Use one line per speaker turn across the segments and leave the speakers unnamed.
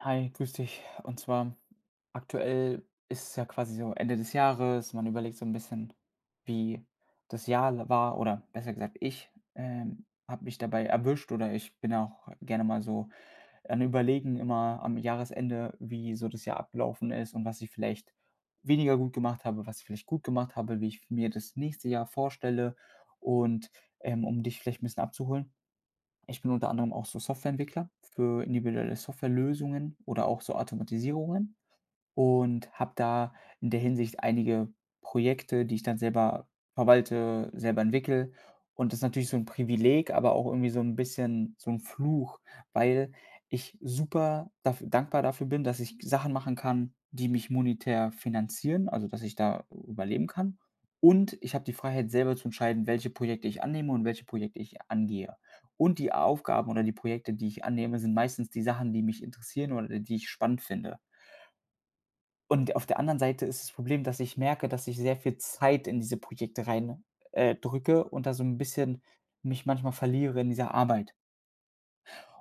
Hi, grüß dich. Und zwar aktuell ist es ja quasi so Ende des Jahres. Man überlegt so ein bisschen, wie das Jahr l war. Oder besser gesagt, ich habe mich dabei erwischt, oder ich bin auch gerne mal so an Überlegen immer am Jahresende, wie so das Jahr abgelaufen ist und was ich vielleicht weniger gut gemacht habe, was ich vielleicht gut gemacht habe, wie ich mir das nächste Jahr vorstelle, und um dich vielleicht ein bisschen abzuholen: Ich bin unter anderem auch so Softwareentwickler für individuelle Softwarelösungen oder auch so Automatisierungen. Und habe da in der Hinsicht einige Projekte, die ich dann selber verwalte, selber entwickle. Und das ist natürlich so ein Privileg, aber auch irgendwie so ein bisschen so ein Fluch, weil ich super daf dankbar dafür bin, dass ich Sachen machen kann, die mich monetär finanzieren, also dass ich da überleben kann. Und ich habe die Freiheit, selber zu entscheiden, welche Projekte ich annehme und welche Projekte ich angehe. Und die Aufgaben oder die Projekte, die ich annehme, sind meistens die Sachen, die mich interessieren oder die ich spannend finde. Und auf der anderen Seite ist das Problem, dass ich merke, dass ich sehr viel Zeit in diese Projekte rein, drücke und da so ein bisschen mich manchmal verliere in dieser Arbeit.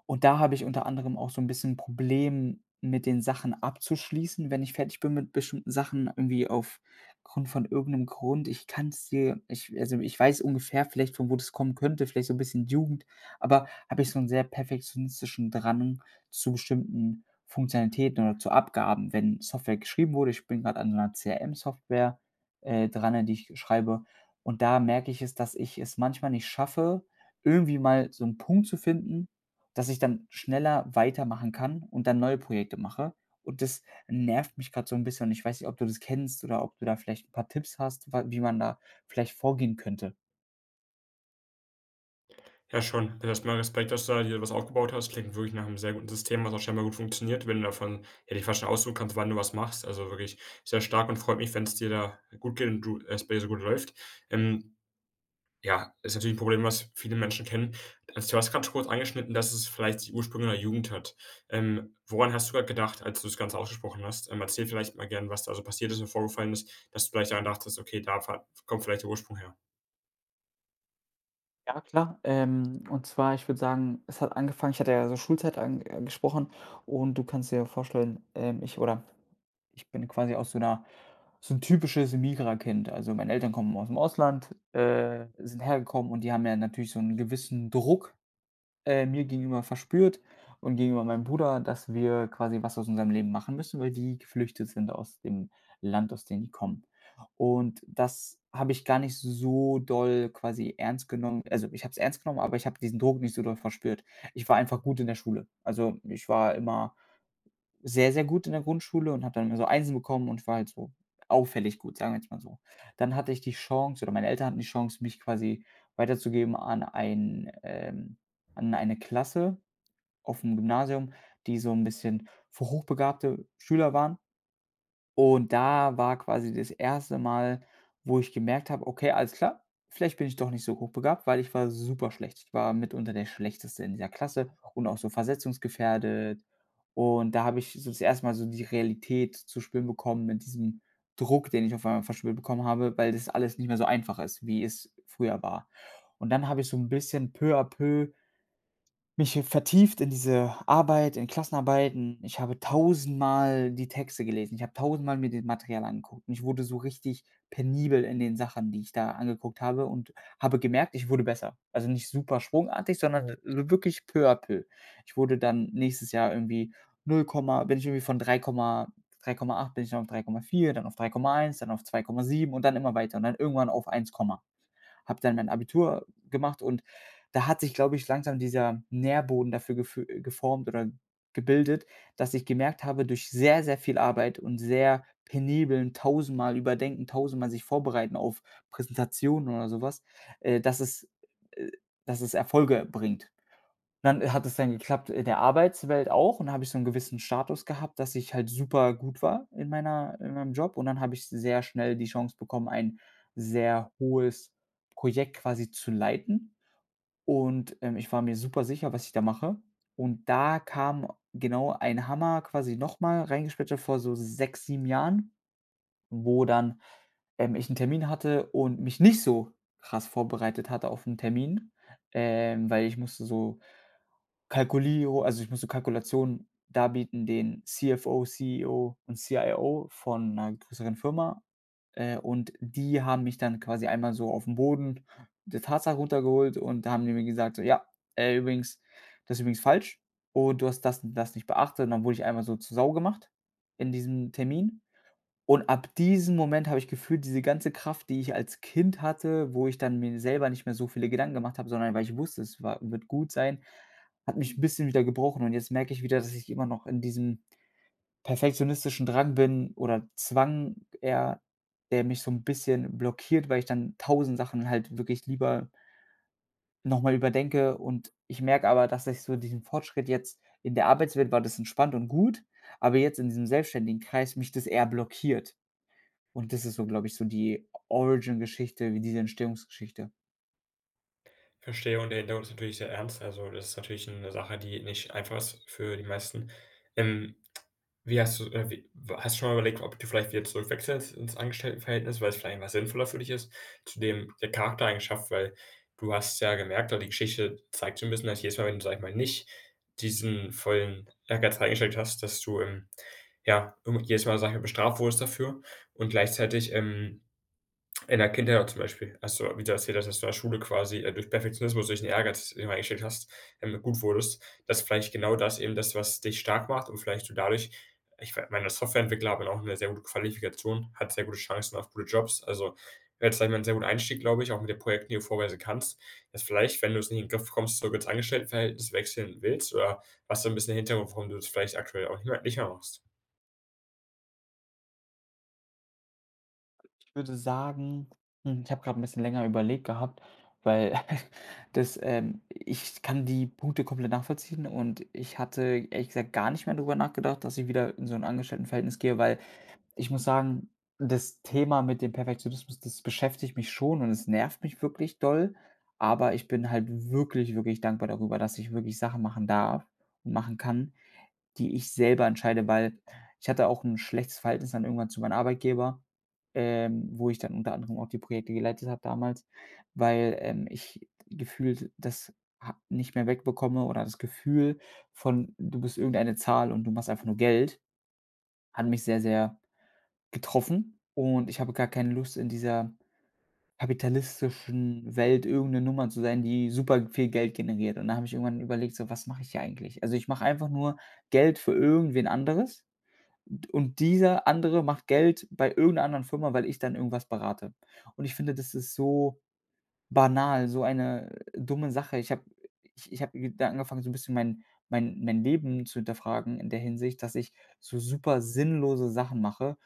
Und da habe ich unter anderem auch so ein bisschen ein Problem mit den Sachen abzuschließen, wenn ich fertig bin mit bestimmten Sachen, irgendwie aufgrund von irgendeinem Grund. Ich kann es dir ich also, ich weiß ungefähr vielleicht, von wo das kommen könnte, vielleicht so ein bisschen Jugend. Aber habe ich so einen sehr perfektionistischen Drang zu bestimmten Funktionalitäten oder zu Abgaben, wenn Software geschrieben wurde. Ich bin gerade an so 'ner CRM-Software, dran, die ich schreibe. Und da merke ich es, dass ich es manchmal nicht schaffe, irgendwie mal so einen Punkt zu finden, dass ich dann schneller weitermachen kann und dann neue Projekte mache. Und das nervt mich gerade so ein bisschen, und ich weiß nicht, ob du das kennst oder ob du da vielleicht ein paar Tipps hast, wa wie man da vielleicht vorgehen könnte?
Ja schon. Also, erst Respekt, dass du da dir was aufgebaut hast. Klingt wirklich nach einem sehr guten System, was auch scheinbar gut funktioniert, wenn du davon ja, dich fast schon aussuchen kannst, wann du was machst. Also, wirklich sehr stark und freut mich, wenn es dir da gut geht und du es bei dir so gut läuft. Ähm, ja, ist natürlich ein Problem, was viele Menschen kennen. Also, du hast grad schon kurz angeschnitten, dass es vielleicht die Ursprünge in der Jugend hat. Woran hast du gerade gedacht, als du das Ganze ausgesprochen hast? Erzähl vielleicht mal gern, was da so passiert ist und vorgefallen ist, dass du vielleicht daran dachtest: „Okay, da fa kommt vielleicht der Ursprung her.“
Ja klar, und zwar, ich würde sagen, es hat angefangen. Ich hatte ja so Schulzeit angesprochen, und du kannst dir vorstellen, ich bin quasi aus so ein typisches Migra-Kind. Also, meine Eltern kommen aus dem Ausland, sind hergekommen, und die haben ja natürlich so einen gewissen Druck mir gegenüber verspürt und gegenüber meinem Bruder, dass wir quasi was aus unserem Leben machen müssen, weil die geflüchtet sind aus dem Land, aus dem die kommen. Und das habe ich gar nicht so doll quasi ernst genommen. Also, ich habe es ernst genommen, aber ich habe diesen Druck nicht so doll verspürt. Ich war einfach gut in der Schule. Also, ich war immer sehr, sehr gut in der Grundschule und habe dann immer so Einsen bekommen und war halt so auffällig gut, sagen wir jetzt mal so. Dann hatte ich die Chance, oder meine Eltern hatten die Chance, mich quasi weiterzugeben an ein an eine Klasse auf dem Gymnasium, die so ein bisschen für hochbegabte Schüler waren. Und da war quasi das erste Mal, wo ich gemerkt habe: „Okay, alles klar, vielleicht bin ich doch nicht so hochbegabt", weil ich war super schlecht. Ich war mitunter der Schlechteste in dieser Klasse und auch so versetzungsgefährdet. Und da habe ich so das 1. Mal so die Realität zu spüren bekommen, mit diesem Druck, den ich auf einmal verspürt bekommen habe, weil das alles nicht mehr so einfach ist, wie es früher war. Und dann habe ich so ein bisschen peu à peu mich vertieft in diese Arbeit, in Klassenarbeiten. Ich habe tausendmal die Texte gelesen. Ich habe tausendmal mir das Material angeguckt, und ich wurde so richtig penibel in den Sachen, die ich da angeguckt habe, und habe gemerkt, ich wurde besser. Also, nicht super sprungartig, sondern so wirklich peu à peu. Ich wurde dann nächstes Jahr irgendwie null Komma bin ich irgendwie von 3,8 bin ich dann auf 3,4, dann auf 3,1, dann auf 2,7 und dann immer weiter und dann irgendwann auf 1, habe dann mein Abitur gemacht. Und da hat sich, glaube ich, langsam dieser Nährboden dafür gefü geformt oder gebildet, dass ich gemerkt habe, durch sehr, sehr viel Arbeit und sehr penibeln tausendmal überdenken, tausendmal sich vorbereiten auf Präsentationen oder sowas, äh, dass es äh, dass es Erfolge bringt. Dann hat es dann geklappt in der Arbeitswelt auch, und da habe ich so 'n gewissen Status gehabt, dass ich halt super gut war in meinem Job, und dann habe ich sehr schnell die Chance bekommen, ein sehr hohes Projekt quasi zu leiten, und ich war mir super sicher, was ich da mache. Und da kam genau ein Hammer quasi noch mal reingespitzt vor so 6 7 Jahren, wo dann, ich 'n Termin hatte und mich nicht so krass vorbereitet hatte auf 'n Termin, weil ich musste so Kalkulio also ich musste Kalkulationen darbieten, den CFO, CEO und CIO von einer größeren Firma, und die haben mich dann quasi einmal so auf'n Boden der Tatsache runtergeholt, und da haben die mir gesagt so: „Ja, übrigens, das ist übrigens falsch, und du hast das und das nicht beachtet." Und dann wurde ich einmal so zur Sau gemacht in diesem Termin. Und ab diesem Moment habe ich gefühlt diese ganze Kraft, die ich als Kind hatte, wo ich dann mir selber nicht mehr so viele Gedanken gemacht habe, sondern weil ich wusste, es war wird gut sein, hat mich ein bisschen wieder gebrochen. Und jetzt merke ich wieder, dass ich immer noch in diesem perfektionistischen Drang bin, oder Zwang eher, der mich so ein bisschen blockiert, weil ich dann tausend Sachen halt wirklich lieber noch mal überdenke. Und ich merke aber, dass ich so diesen Fortschritt, jetzt in der Arbeitswelt war das entspannt und gut, aber jetzt in diesem selbstständigen Kreis mich das eher blockiert. Und das ist so, glaube ich, so die Origin-Geschichte, wie diese Entstehungsgeschichte.
Verstehe, und der Hintergrund ist natürlich sehr ernst. Also, das ist natürlich eine Sache, die nicht einfach ist für die meisten. Ähm, wie hast du schon mal überlegt, ob du vielleicht wieder zurück wechselst ins Angestelltenverhältnis, weil es vielleicht was sinnvoller für dich ist, zu dem der Charaktereigenschaft? Weil du hast ja gemerkt, oder die Geschichte zeigt so 'n bisschen, dass jedes Mal, wenn du, sag ich mal, nicht diesen vollen Ehrgeiz reingesteckt hast, dass du, ja, irgendw jedes Mal, sage ich mal, bestraft wurdest dafür und gleichzeitig, in der Kindheit auch zum Beispiel. Hast du wieder erzählt hast, dass du in der Schule quasi, durch Perfektionismus, durch den Ehrgeiz, dass du eingestellt hast, gut wurdest. Dass vielleicht genau das eben das, was dich stark macht, und vielleicht du dadurch ich we meine, als Softwareentwickler haben auch eine sehr gute Qualifikation, hat sehr gute Chancen auf gute Jobs. Also, wäre jetzt, sage ich mal, 'n sehr guter Einstieg, glaube ich, auch mit den Projekten, die du vorweisen kannst. Dass vielleicht, wenn du es nicht in den Griff bekommst, zurück ins Angestelltenverhältnis wechseln willst. Oder was so ein bisschen der Hintergrund, warum du es vielleicht aktuell auch nicht mehr machst?
Ich würde sagen, ich habe gerade ein bisschen länger überlegt gehabt, weil das, ich kann die Punkte komplett nachvollziehen, und ich hatte ehrlich gesagt gar nicht mehr drüber nachgedacht, dass ich wieder in so 'n Angestelltenverhältnis gehe, weil ich muss sagen, das Thema mit dem Perfektionismus, das beschäftigt mich schon, und es nervt mich wirklich doll, aber ich bin halt wirklich, wirklich dankbar darüber, dass ich wirklich Sachen machen darf und machen kann, die ich selber entscheide. Weil ich hatte auch ein schlechtes Verhältnis dann irgendwann zu meinem Arbeitgeber, wo ich dann unter anderem auch die Projekte geleitet habe damals, weil, ich gefühlt das ha nicht mehr wegbekomme, oder das Gefühl von: „Du bist irgendeine Zahl und du machst einfach nur Geld", hat mich sehr, sehr getroffen, und ich habe gar keine Lust, in dieser kapitalistischen Welt irgendeine Nummer zu sein, die super viel Geld generiert. Und da habe ich irgendwann überlegt, so: „Was mache ich hier eigentlich?" Also, ich mache einfach nur Geld für irgendwen anderes, und dieser andere macht Geld bei irgendeiner anderen Firma, weil ich dann irgendwas berate. Und ich finde, das ist so banal, so eine dumme Sache. Ich habe da angefangen, so ein bisschen mein Leben zu hinterfragen in der Hinsicht, dass ich so super sinnlose Sachen mache. Und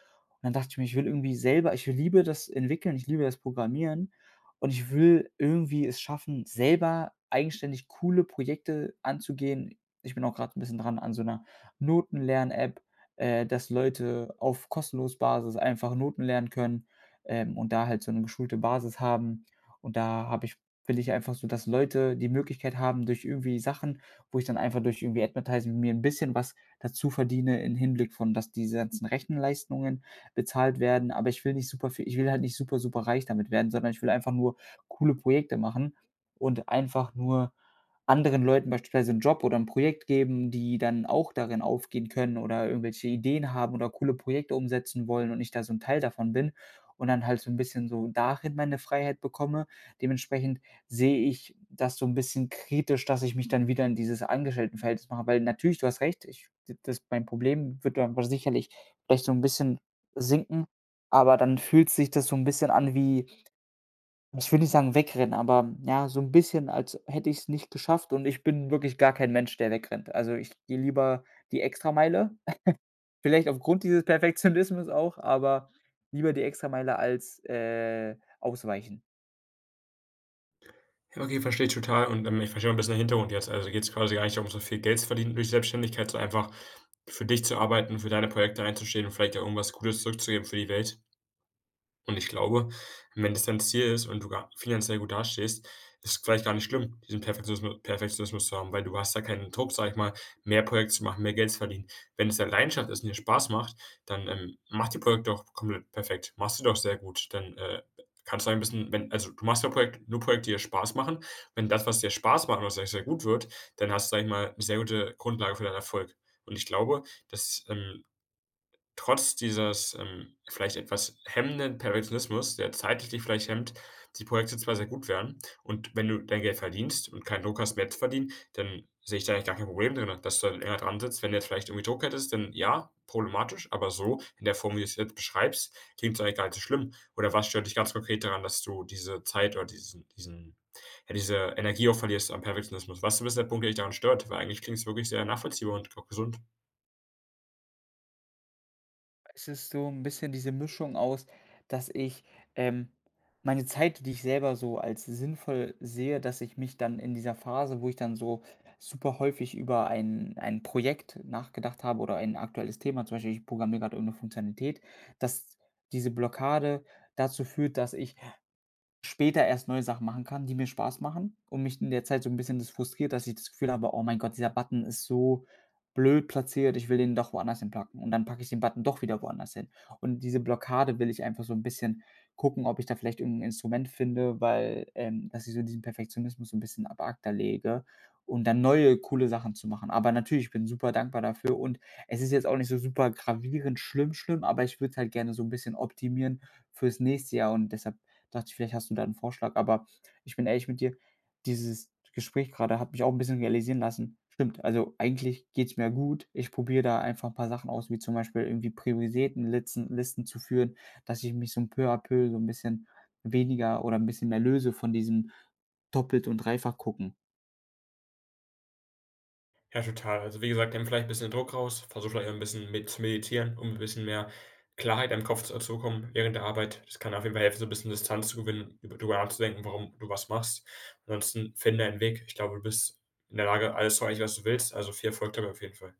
dann dachte ich mir, ich will irgendwie selber, ich liebe das Entwickeln, ich liebe das Programmieren, und ich will irgendwie es schaffen, selber eigenständig coole Projekte anzugehen. Ich bin auch gerade ein bisschen dran an so 'ner Notenlern-App, dass Leute auf kostenlos Basis einfach Noten lernen können, und da halt so eine geschulte Basis haben. Und da habe ich will ich einfach so, dass Leute die Möglichkeit haben, durch irgendwie Sachen, wo ich dann einfach durch irgendwie Advertising mir ein bisschen was dazu verdiene im Hinblick von, dass diese ganzen Rechenleistungen bezahlt werden. Aber ich will halt nicht super, super reich damit werden, sondern ich will einfach nur coole Projekte machen und einfach nur anderen Leuten beispielsweise einen Job oder ein Projekt geben, die dann auch darin aufgehen können oder irgendwelche Ideen haben oder coole Projekte umsetzen wollen und ich da so ein Teil davon bin und dann halt so ein bisschen so darin meine Freiheit bekomme. Dementsprechend sehe ich das so ein bisschen kritisch, dass ich mich dann wieder in dieses Angestelltenverhältnis mache, weil natürlich, du hast recht, ich das mein Problem wird dann aber sicherlich vielleicht so ein bisschen sinken, aber dann fühlt sich das so ein bisschen an wie, ich will nicht sagen wegrennen, aber ja, so ein bisschen, als hätte ich es nicht geschafft, und ich bin wirklich gar kein Mensch, der wegrennt. Also, ich gehe lieber die Extrameile, vielleicht aufgrund dieses Perfektionismus auch, aber lieber die Extrameile als, ausweichen.
Ja, okay, verstehe ich total, und, ich verstehe auch ein bisschen den Hintergrund jetzt. Also, geht's quasi gar nicht darum, so viel Geld zu verdienen durch die Selbstständigkeit, sondern einfach für dich zu arbeiten, für deine Projekte einzustehen und vielleicht auch irgendwas Gutes zurückzugeben für die Welt. Und ich glaube, wenn das dein Ziel ist und du gar finanziell gut dastehst, ist vielleicht gar nicht schlimm, diesen Perfektionismus zu haben, weil du hast ja keinen Druck, sage ich mal, mehr Projekte zu machen, mehr Geld zu verdienen. Wenn es deine Leidenschaft ist und dir Spaß macht, dann, mach die Projekte doch komplett perfekt. Machst du doch sehr gut. Dann, kannst du ein bisschen wenn also, du machst ja Projekt nur Projekte, die dir Spaß machen. Wenn das, was dir Spaß macht und was sehr, sehr gut wird, dann hast du, sage ich mal, 'ne sehr gute Grundlage für deinen Erfolg. Und ich glaube, dass, trotz dieses, vielleicht etwas hemmenden Perfektionismus, der zeitlich dich vielleicht hemmt, die Projekte zwar sehr gut werden, und wenn du dein Geld verdienst und keinen Druck hast, mehr zu verdienen, dann sehe ich da eigentlich gar kein Problem drin, dass du dann länger dran sitzt. Wenn du jetzt vielleicht irgendwie Druck hättest, dann ja, problematisch, aber so in der Form, wie du es jetzt beschreibst, klingt es eigentlich gar nicht so schlimm. Oder was stört dich ganz konkret daran, dass du diese Zeit oder diesen ja, diese Energie auch verlierst am Perfektionismus? Was ist so der Punkt, der dich daran stört? Weil eigentlich klingt es wirklich sehr nachvollziehbar und auch gesund.
Es ist so ein bisschen diese Mischung aus, dass ich, ähm meine Zeit, die ich selber so als sinnvoll sehe, dass ich mich dann in dieser Phase, wo ich dann so super häufig über ein Projekt nachgedacht habe oder ein aktuelles Thema, zum Beispiel ich programmiere gerade irgendeine Funktionalität, dass diese Blockade dazu führt, dass ich später erst neue Sachen machen kann, die mir Spaß machen, und mich in der Zeit so 'n bisschen das frustriert, dass ich das Gefühl habe: „Oh mein Gott, dieser Button ist so blöd platziert, ich will den doch woanders hinpacken." Und dann packe ich den Button doch wieder woanders hin. Und diese Blockade will ich einfach so 'n bisschen gucken, ob ich da vielleicht irgend 'n Instrument finde, weil, dass ich so diesen Perfektionismus so 'n bisschen ab acta lege, um dann neue coole Sachen zu machen. Aber natürlich, ich bin super dankbar dafür, und es ist jetzt auch nicht so super gravierend schlimm, schlimm, aber ich würde es halt gerne so 'n bisschen optimieren fürs nächste Jahr, und deshalb dachte ich, vielleicht hast du da einen Vorschlag. Aber ich bin ehrlich mit dir, dieses Gespräch gerade hat mich auch ein bisschen realisieren lassen. Stimmt, also eigentlich geht's mir gut. Ich probiere da einfach ein paar Sachen aus, wie zum Beispiel irgendwie Prioritätenlitzen Listen zu führen, dass ich mich so ein peu à peu so 'n bisschen weniger oder ein bisschen mehr löse von diesem doppelt und dreifach gucken.
Ja, total. Also, wie gesagt, nimm vielleicht 'n bisschen Druck raus, versuch vielleicht ein bisschen mit zu meditieren, um ein bisschen mehr Klarheit im Kopf zu bekommen während der Arbeit. Das kann auf jeden Fall helfen, so 'n bisschen Distanz zu gewinnen, über darüber nachzudenken, warum du was machst. Ansonsten finde einen Weg. Ich glaube, du bist in der Lage, alles zu erreichen, was du willst. Also, viel Erfolg dabei auf jeden Fall.